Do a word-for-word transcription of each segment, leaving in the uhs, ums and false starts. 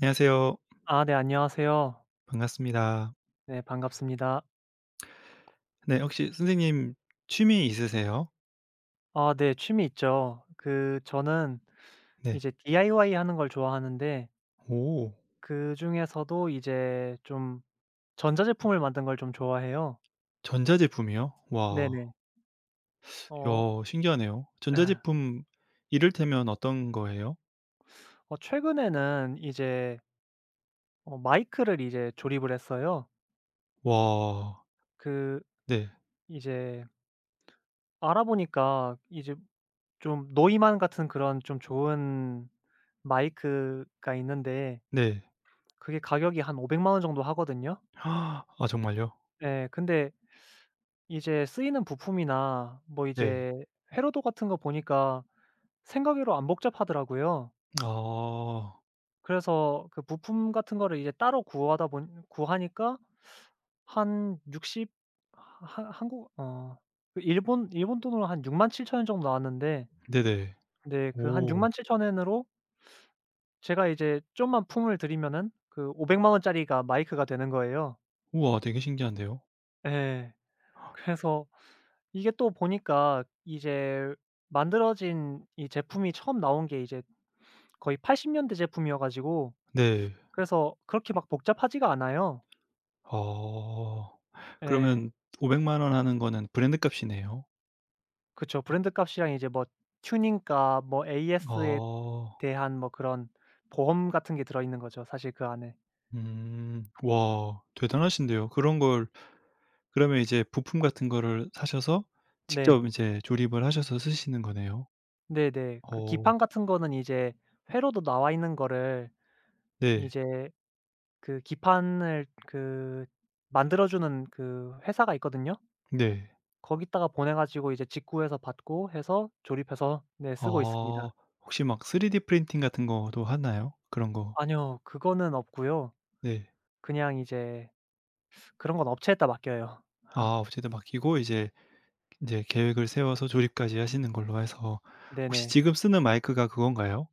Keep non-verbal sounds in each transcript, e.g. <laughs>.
안녕하세요. 아 네, 안녕하세요. 반갑습니다. 네, 반갑습니다. 네 혹시 선생님 취미 있으세요? 아 네, 취미 있죠. 그 저는 네. 이제 디아이와이 하는 걸 좋아하는데, 오. 그중에서도 이제 좀 전자제품을 만든 걸 좀 좋아해요. 전자제품이요? 와. 네네. 야 어 신기하네요. <clears throat> <laughs> 전자제품 이를테면 어떤 거예요? 어 최근에는 이제 어 마이크를 이제 조립을 했어요. 와. 그 네. 이제 알아보니까 이제 좀 노이만 같은 그런 좀 좋은 마이크가 있는데, 네. 그게 가격이 한 오 공 공 원 정도 하거든요. 아 정말요? 네, 근데 이제 쓰이는 부품이나 뭐 네. 이제 회로도 같은 거 보니까 생각외로 안 복잡하더라고요. 아. 그래서 그 부품 같은 거를 이제 따로 구하다 보니 구하니까 한 육십 한 한국 어 그 일본 일본 돈으로 한 육 칠천 원 정도 나왔는데, 네네. 네 그 한 육 오. 칠천공 엔으로 제가 이제 좀만 품을 들이면은 그 오 공 공 만 원짜리가 마이크가 되는 거예요. 우와 되게 신기한데요. 예. 그래서 이게 또 보니까 이제 만들어진 이 제품이 처음 나온 게 이제 거의 팔십 년대 제품이어 가지고 네. 그래서 그렇게 막 복잡하지가 않아요. 아. 예. 그러면 오 공 공 원 하는 거는 브랜드 값이네요. 그쵸. 브랜드 값이랑 이제 뭐 튜닝값 뭐 에이에스에 아. 대한 뭐 그런 보험 같은 게 들어 있는 거죠, 사실 그 안에. 음. 와 대단하신데요. 그런 걸 그러면 이제 부품 같은 거를 사셔서 네. 직접 이제 조립을 하셔서 쓰시는 거네요. 네네. 그 어 기판 같은 거는 이제 회로도 나와 있는 거를 네. 이제 그 기판을 그 만들어 주는 그 회사가 있거든요. 네. 거기다가 보내 가지고 이제 직구해서 받고 해서 조립해서 네 쓰고 있습니다. 아 혹시 막 쓰리디 프린팅 같은 것도 하나요? 그런 거. 아니요, 그거는 없고요. 네. 그냥 이제 그런 건 업체에다 맡겨요. 아 업체에다 맡기고 이제 인제 계획을 세워서 조립까지 하시는 걸로 해서 혹시 네네. 지금 쓰는 마이크가 그건가요?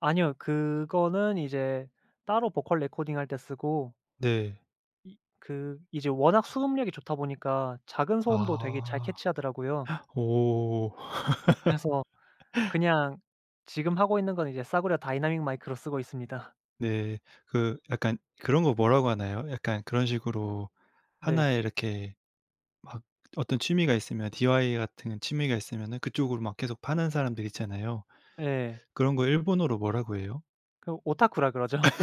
아니요, 그거는 이제 따로 보컬 레코딩할 때 쓰고 네. 이 그 이제 워낙 수음력이 좋다 보니까 작은 소음도 되게 잘 아. 캐치하더라고요. 오. 그래서 그냥 지금 하고 있는 건 이제 싸구려 다이나믹 마이크로 쓰고 있습니다. 네. 그 약간 그런 거 뭐라고 하나요? 약간 그런 식으로 네. 하나에 이렇게 막 어떤 취미가 있으면 디아이와이 같은 취미가 있으면은 그쪽으로 막 계속 파는 사람들 있잖아요. 예. 그런 거 일본어로 뭐라고 해요? 그 오타쿠라 그러죠. <laughs>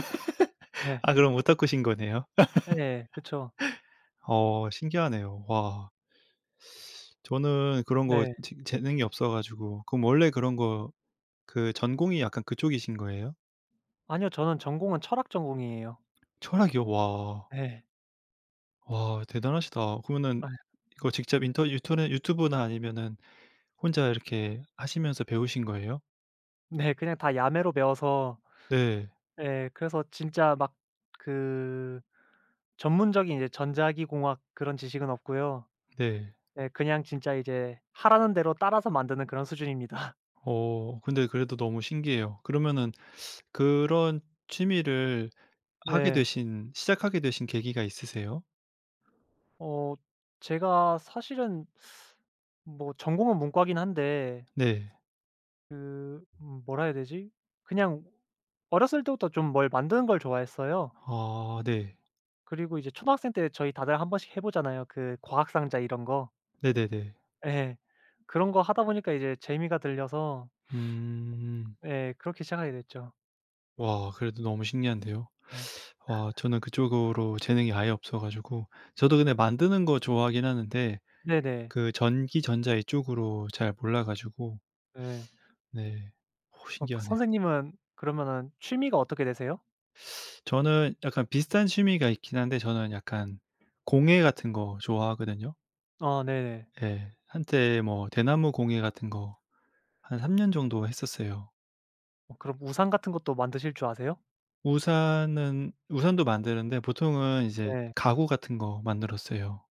예. 아 그럼 오타쿠신 거네요. 예. 그쵸. 어 신기하네요. 와. 저는 그런 거 예. 재 재능이 없어 가지고 그럼 원래 그런 거 그 전공이 약간 그쪽이신 거예요? 아니요, 저는 전공은 철학 전공이에요. 철학이요? 와. 네. 와 대단하시다. 그러면은 아. 이거 직접 인터 유튜네 유튜브나 아니면은 혼자 이렇게 하시면서 배우신 거예요? 네. 그냥 다 야매로 배워서 네. 예, 그래서 진짜 막 그 전문적인 이제 전자기공학 그런 지식은 없고요. 네. 예, 그냥 진짜 이제 하라는 대로 따라서 만드는 그런 수준입니다. <laughs> 어 근데 그래도 너무 신기해요. 그러면은 그런 취미를 하게 네. 되신 시작하게 되신 계기가 있으세요? 어 제가 사실은 뭐 전공은 문과긴 한데 네. 그 음 뭐라 해야 되지? 그냥 어렸을 때부터 좀 뭘 만드는 걸 좋아했어요. 아 네. 그리고 이제 초등학생 때 저희 다들 한 번씩 해 보잖아요. 그 과학 상자 이런 거. 네네네. 예. 그런 거 하다 보니까 이제 재미가 들려서 음. 예, 그렇게 시작하게 됐죠. 와 그래도 너무 신기한데요. 네. 와 저는 그쪽으로 재능이 아예 없어 가지고 저도 근데 만드는 거 좋아하긴 하는데 네네. 그 전기 전자 이쪽으로 잘 몰라 가지고 예. 네. 어 어 그 신기하네요. 선생님은 그러면은 취미가 어떻게 되세요? 저는 약간 비슷한 취미가 있긴 한데 저는 약간 공예 같은 거 좋아하거든요. 아, 네네. 예. 한때 뭐 대나무 공예 같은 거 한 삼 년 정도 했었어요. 어, 그럼 우산 같은 것도 만드실 줄 아세요? 우산은 우산도 만드는데 보통은 이제 네. 가구 같은 거 만들었어요.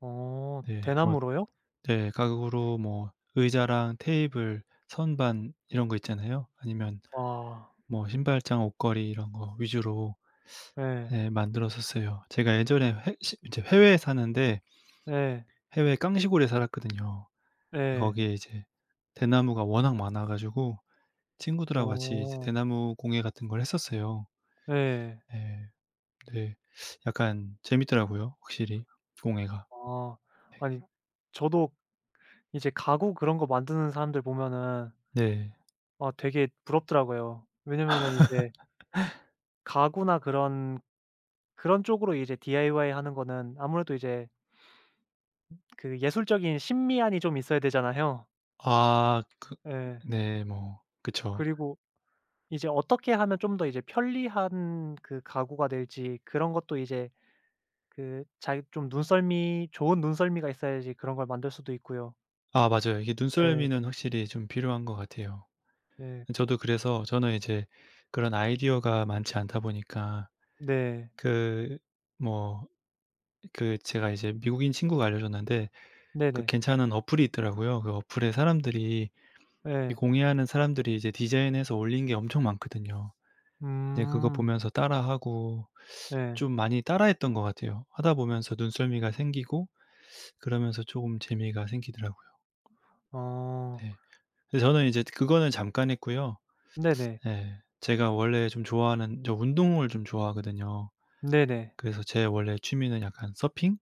어, 네. 뭐 대나무로요? 네. 가구로 뭐 의자랑 테이블, 선반 이런 거 있잖아요. 아니면 와. 뭐 신발장, 옷걸이 이런 거 위주로 예. 예 만들었었어요. 제가 예전에 해 시 이제 해외에 사는데 예. 해외 깡시골에 살았거든요. 예. 거기에 이제 대나무가 워낙 많아 가지고 친구들하고 같이 이제 어. 대나무 공예 같은 걸 했었어요. 예. 예. 네. 약간 재밌더라고요 확실히 공예가. 아. 아니, 저도 이제 가구 그런 거 만드는 사람들 보면은 네. 아, 되게 부럽더라고요. 왜냐면은 이제 가구나 그런 그런 쪽으로 이제 디아이와이 하는 거는 아무래도 이제 그 예술적인 심미안이 좀 있어야 되잖아요. 아 그 예. 네 뭐 그쵸. 그리고 이제 어떻게 하면 좀 더 이제 편리한 그 가구가 될지 그런 것도 이제 그 자기 좀 눈썰미 좋은 눈썰미가 있어야지 그런 걸 만들 수도 있고요. 아 맞아요. 이게 예. 눈썰미는 확실히 좀 필요한 것 같아요. 예. 저도 그래서 저는 이제 그런 아이디어가 많지 않다 보니까 네. 그 뭐 그 제가 이제 미국인 친구가 알려줬는데 그 네네. 괜찮은 어플이 있더라고요. 그 어플에 사람들이 이 예. 공예하는 사람들이 이제 디자인해서 올린 게 엄청 많거든요. 네 그거 음. 보면서 따라하고 예. 좀 많이 따라했던 것 같아요. 하다 보면서 눈썰미가 생기고 그러면서 조금 재미가 생기더라고요. 어. 네. 근데 저는 이제 그거는 잠깐 했고요. 네네. 예. 제가 원래 좀 좋아하는 저 운동을 좀 좋아하거든요. 네네. 그래서 제 원래 취미는 약간 서핑?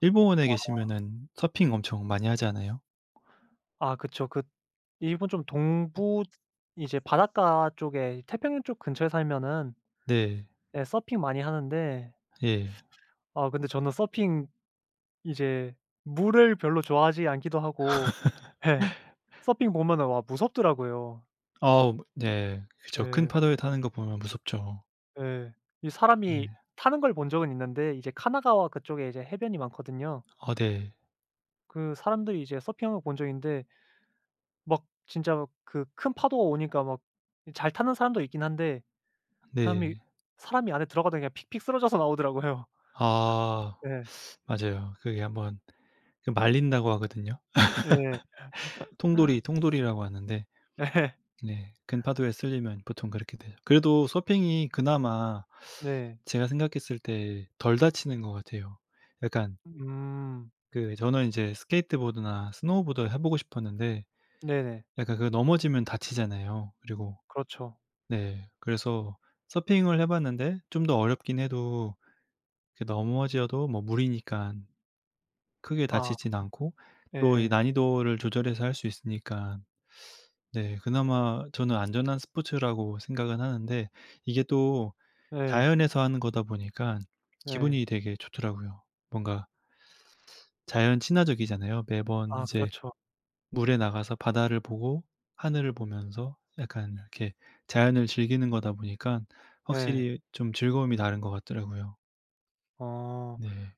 일본에 계시면은 서핑 엄청 많이 하잖아요. 아 그쵸. 그 일본 좀 동부 이제 바닷가 쪽에 태평양 쪽 근처에 살면은 네. 예 서핑 많이 하는데 예. 아, 근데 저는 서핑 이제 물을 별로 좋아하지 않기도 하고 예 서핑 보면은 와 무섭더라고요. 아우 네. 그쵸. 큰 예. 파도에 타는 거 보면 무섭죠. 예. 이 사람이 네. 타는 걸 본 적은 있는데 이제 카나가와 그쪽에 이제 해변이 많거든요. 아 네. 그 사람들이 이제 서핑하는 걸 본 적인데 막 진짜 그 큰 파도가 오니까 막 잘 타는 사람도 있긴 한데 그 사람이 네. 사람이 안에 들어가다 그냥 픽픽 쓰러져서 나오더라고요. <laughs> 아 네 맞아요. 그게 한번 그 말린다고 하거든요. 네. 통돌이, 통돌이라고 하는데 예. 네. 큰 파도에 쓸리면 보통 그렇게 되죠. 그래도 서핑이 그나마 네. 제가 생각했을 때 덜 다치는 것 같아요. 약간 음. 그 저는 이제 스케이트보드나 스노우보드 해 보고 싶었는데 네네. 약간 그 넘어지면 다치잖아요. 그리고 그렇죠. 네. 그래서 서핑을 해 봤는데 좀 더 어렵긴 해도 그 넘어져도 뭐 물이니까 크게 아 다치진 않고 또 이 예. 난이도를 조절해서 할 수 있으니까 네. 그나마 저는 안전한 스포츠라고 생각은 하는데 이게 또 예. 자연에서 하는 거다 보니까 예. 기분이 되게 좋더라고요. 뭔가 자연 친화적이잖아요. 매번 아 이제 그렇죠. 물에 나가서 바다를 보고 하늘을 보면서 약간 이렇게 자연을 즐기는 거다 보니까 예. 확실히 좀 즐거움이 다른 것 같더라고요. 어 네.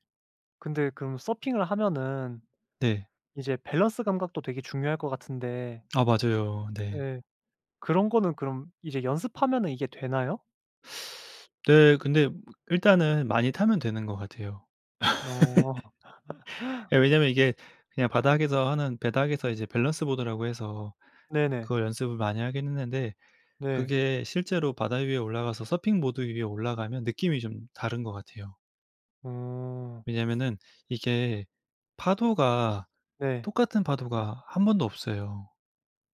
근데 그럼 서핑을 하면은 네. 이제 밸런스 감각도 되게 중요할 것 같은데 아 맞아요. 네. 예 그런 거는 그럼 이제 연습하면은 이게 되나요? 네. 근데 일단은 많이 타면 되는 것 같아요. 어 예 왜냐면 이게 그냥 바닥에서 하는 배닥에서 이제 밸런스 보드라고 해서 네네. 그걸 연습을 많이 하긴 했는데 네. 그게 실제로 바다 위에 올라가서 서핑 보드 위에 올라가면 느낌이 좀 다른 것 같아요. 어 왜냐면은 이게 파도가 네. 똑같은 파도가 한 번도 없어요.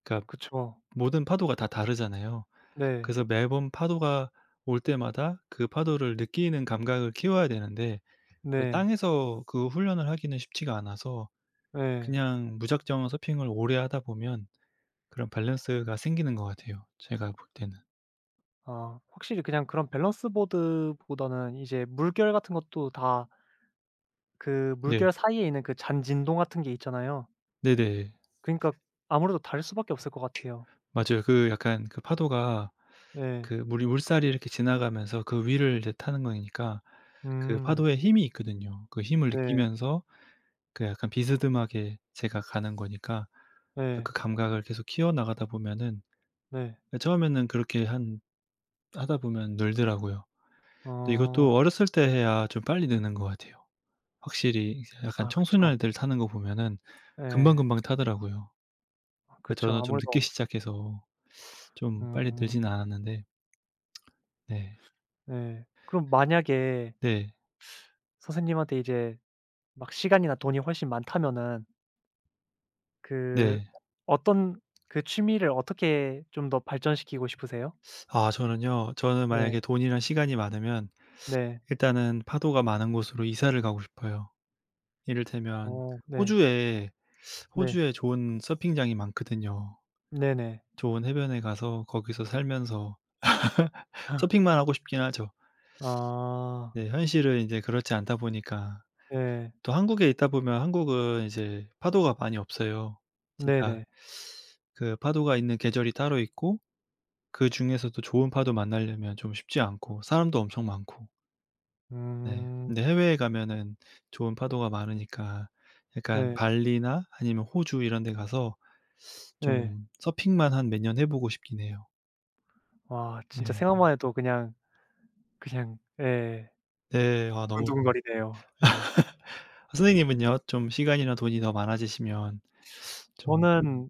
그러니까 그쵸. 모든 파도가 다 다르잖아요. 네. 그래서 매번 파도가 올 때마다 그 파도를 느끼는 감각을 키워야 되는데 그걸 네. 땅에서 그 훈련을 하기는 쉽지가 않아서 예. 그냥 무작정 서핑을 오래 하다 보면 그런 밸런스가 생기는 것 같아요 제가 볼 때는. 아 확실히 그냥 그런 밸런스 보드보다는 이제 물결 같은 것도 다 그 네. 물결 사이에 있는 그 잔 진동 같은 게 있잖아요. 네네. 그니까 아무래도 다를 수밖에 없을 것 같아요. 맞아요. 그 약간 그 파도가 네. 그 물이 물살이 이렇게 지나가면서 그 위를 이제 타는 거니까 그 음. 파도에 힘이 있거든요. 그 힘을 네. 느끼면서 그 약간 비스듬하게 제가 가는 거니까 그 네. 그 감각을 계속 키워나가다 보면은 네. 예 처음에는 그렇게 한 하다 보면 늘더라고요. 근데 이것도 어. 어렸을 때 해야 좀 빨리 느는 것 같아요. 확실히 이제 약간 아 그쵸. 청소년애들 타는 거 보면은 예. 금방금방 타더라고요. 아 그 그쵸. 저는 좀 아무래도 늦게 시작해서 좀 빨리 음 늘지는 않았는데 네. 네. 그럼 만약에 네. 선생님한테 이제 막 시간이나 돈이 훨씬 많다면은 그 네. 어떤 그 취미를 어떻게 좀 더 발전시키고 싶으세요? 아 저는요. 저는 네. 만약에 돈이랑 시간이 많으면 네. 일단은 파도가 많은 곳으로 이사를 가고 싶어요. 이를테면 어 네. 호주에 네. 호주에 좋은 서핑장이 많거든요. 네네. 좋은 해변에 가서 거기서 살면서 <laughs> 서핑만 하고 싶긴 하죠. 아. 네. 현실은 인제 그렇지 않다 보니까 네. 또 한국에 있다 보면 한국은 이제 파도가 많이 없어요. 진짜 네네. 그 파도가 있는 계절이 따로 있고 그중에서도 좋은 파도 만나려면 좀 쉽지 않고 사람도 엄청 많고. 네. 음. 근데 해외에 가면은 좋은 파도가 많으니까 약간 네. 발리나 아니면 호주 이런 데 가서 네. 좀 서핑만 한 몇 년 해 보고 싶긴 해요. 와 진짜 네. 생각만 해도 그냥 그냥 예. 네. 아 너무 두근두근거리네요. 예. 아 선생님은요? 좀 시간이나 돈이 더 많아지시면 좀 저는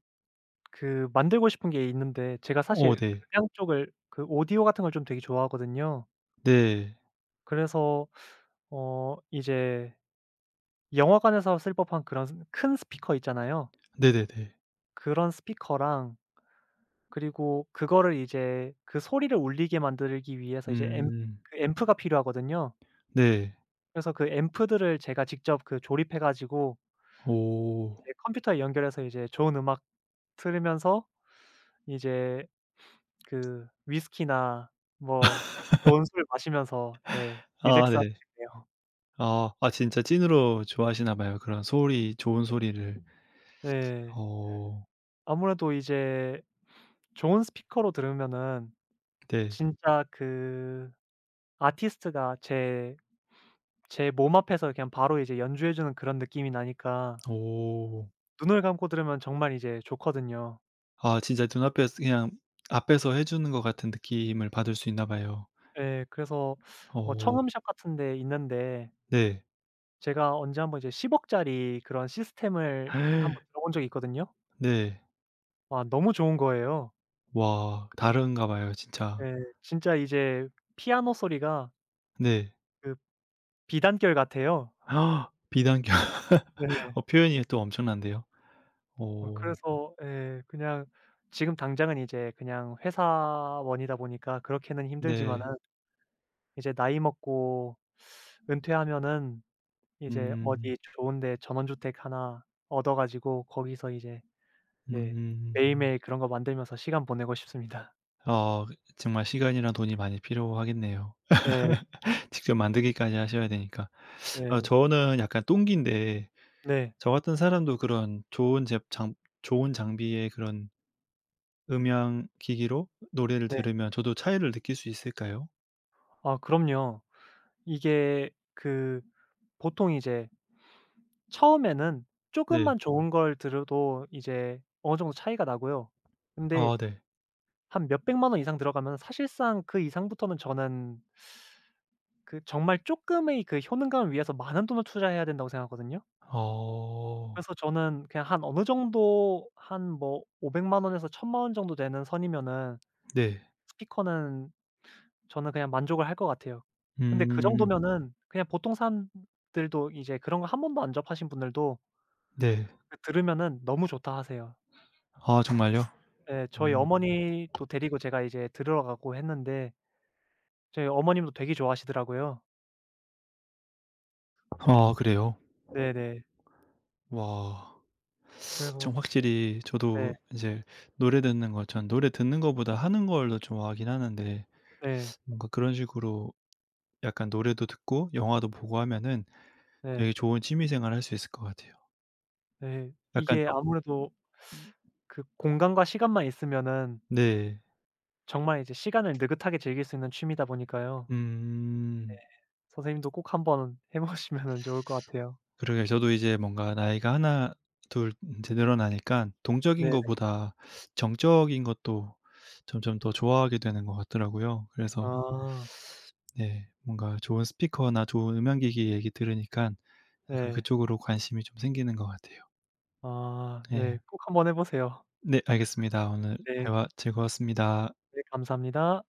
그 만들고 싶은 게 있는데 제가 어 사실 네. 음향 쪽을 그 오디오 같은 걸 좀 되게 좋아하거든요. 네. 그래서 어 이제 영화관에서 쓸 법한 그런 스 큰 스피커 있잖아요. 네네네. 그런 스피커랑 그리고 그거를 이제 그 소리를 울리게 만들기 위해서 이제 앰 음. 그 앰프가 필요하거든요. 네. 그래서 그 앰프들을 제가 직접 그 조립해 가지고 오. 이제 컴퓨터에 연결해서 이제 좋은 음악 틀으면서 이제 그 위스키나 뭐 좋은 술 마시면서 예 아 릴렉스하고 네. 싶네요. 아. 아 진짜 찐으로 좋아하시나 봐요. 그런 소리 좋은 소리를. 네. 어. 아무래도 이제 좋은 스피커로 들으면은 네. 진짜 그 아티스트가 제 제 몸 앞에서 그냥 바로 이제 연주해 주는 그런 느낌이 나니까 오. 눈을 감고 들으면 정말 이제 좋거든요. 아 진짜 눈앞에서 그냥 앞에서 해 주는 것 같은 느낌을 받을 수 있나 봐요. 예. 그래서 뭐 어 청음샵 같은 데 있는데 네. 제가 언제 한번 이제 십 억짜리 그런 시스템을 한번 들어본 적이 있거든요. 네. 와 너무 좋은 거예요. 와 다른가 봐요 진짜. 네. 진짜 이제 피아노 소리가 네. 그 비단결 같아요. 비단결. <laughs> 네. 어 표현이 또 엄청난데요. 뭐 어 그래서 예 그냥 지금 당장은 이제 그냥 회사원이다 보니까 그렇게는 힘들지만은 네. 이제 나이 먹고 은퇴하면은 이제 음. 어디 좋은 데 전원주택 하나 얻어 가지고 거기서 이제 네 음. 매일매일 그런 거 만들면서 시간 보내고 싶습니다. 아 정말 시간이랑 돈이 많이 필요하겠네요. 예. <laughs> 직접 만들기까지 하셔야 되니까. 아 예. 저는 약간 똥기인데 네. 저 같은 사람도 그런 좋은 제 장 좋은 장비의 그런 음향 기기로 노래를 네. 들으면 저도 차이를 느낄 수 있을까요? 아 그럼요. 이게 그 보통 이제 처음에는 조금 네. 만 좋은 걸 들어도 이제 어느 정도 차이가 나고요. 근데 아 네. 한 몇백만 원 이상 들어가면 사실상 그 이상부터는 저는 그 정말 쪼끔의 그 효능감을 위해서 많은 돈을 투자해야 된다고 생각하거든요. 어. 그래서 저는 그냥 한 어느 정도 한 뭐 오 공 공 만 원에서 일 공 공 공 만 원 정도 되는 선이면은 네. 스피커는 저는 그냥 만족을 할 것 같아요. 근데 그 음. 정도면은 그냥 보통 사람들도 이제 그런 거 한 번도 안 접하신 분들도 네. 그 들으면은 "너무 좋다." 하세요. 아 정말요? 예. 저희 음. 음. 어머니도 데리고 제가 이제 들으러 가고 했는데 저희 어머님도 되게 좋아하시더라고요. 아 그래요? 네네. 와. 그래서 좀 확실히 저도 네. 이제 노래 듣는 거 전 노래 듣는 거보다 하는 걸 더 좋아하긴 하는데 네. 뭔가 그런 식으로 약간 노래도 듣고 영화도 보고 하면은 네. 되게 좋은 취미 생활 할 수 있을 것 같아요. 네. 약간 이게 저 아무래도 그 공간과 시간만 있으면은 네. 정말 이제 시간을 느긋하게 즐길 수 있는 취미다 보니까요. 네. 음. 선생님도 꼭 한번 <laughs> 해 보시면은 좋을 것 같아요. 그러게요. 저도 이제 뭔가 나이가 하나 둘 이제 늘어나니까 동적인 네네. 것보다 정적인 것도 점점 더 좋아하게 되는 것 같더라고요. 그래서 아. 네 뭔가 좋은 스피커나 좋은 음향기기 얘기 들으니까 약간 네. 그쪽으로 관심이 좀 생기는 것 같아요. 아 네, 네, 꼭 한번 해 보세요. 네 알겠습니다. 오늘 네. 대화 즐거웠습니다. 네 감사합니다.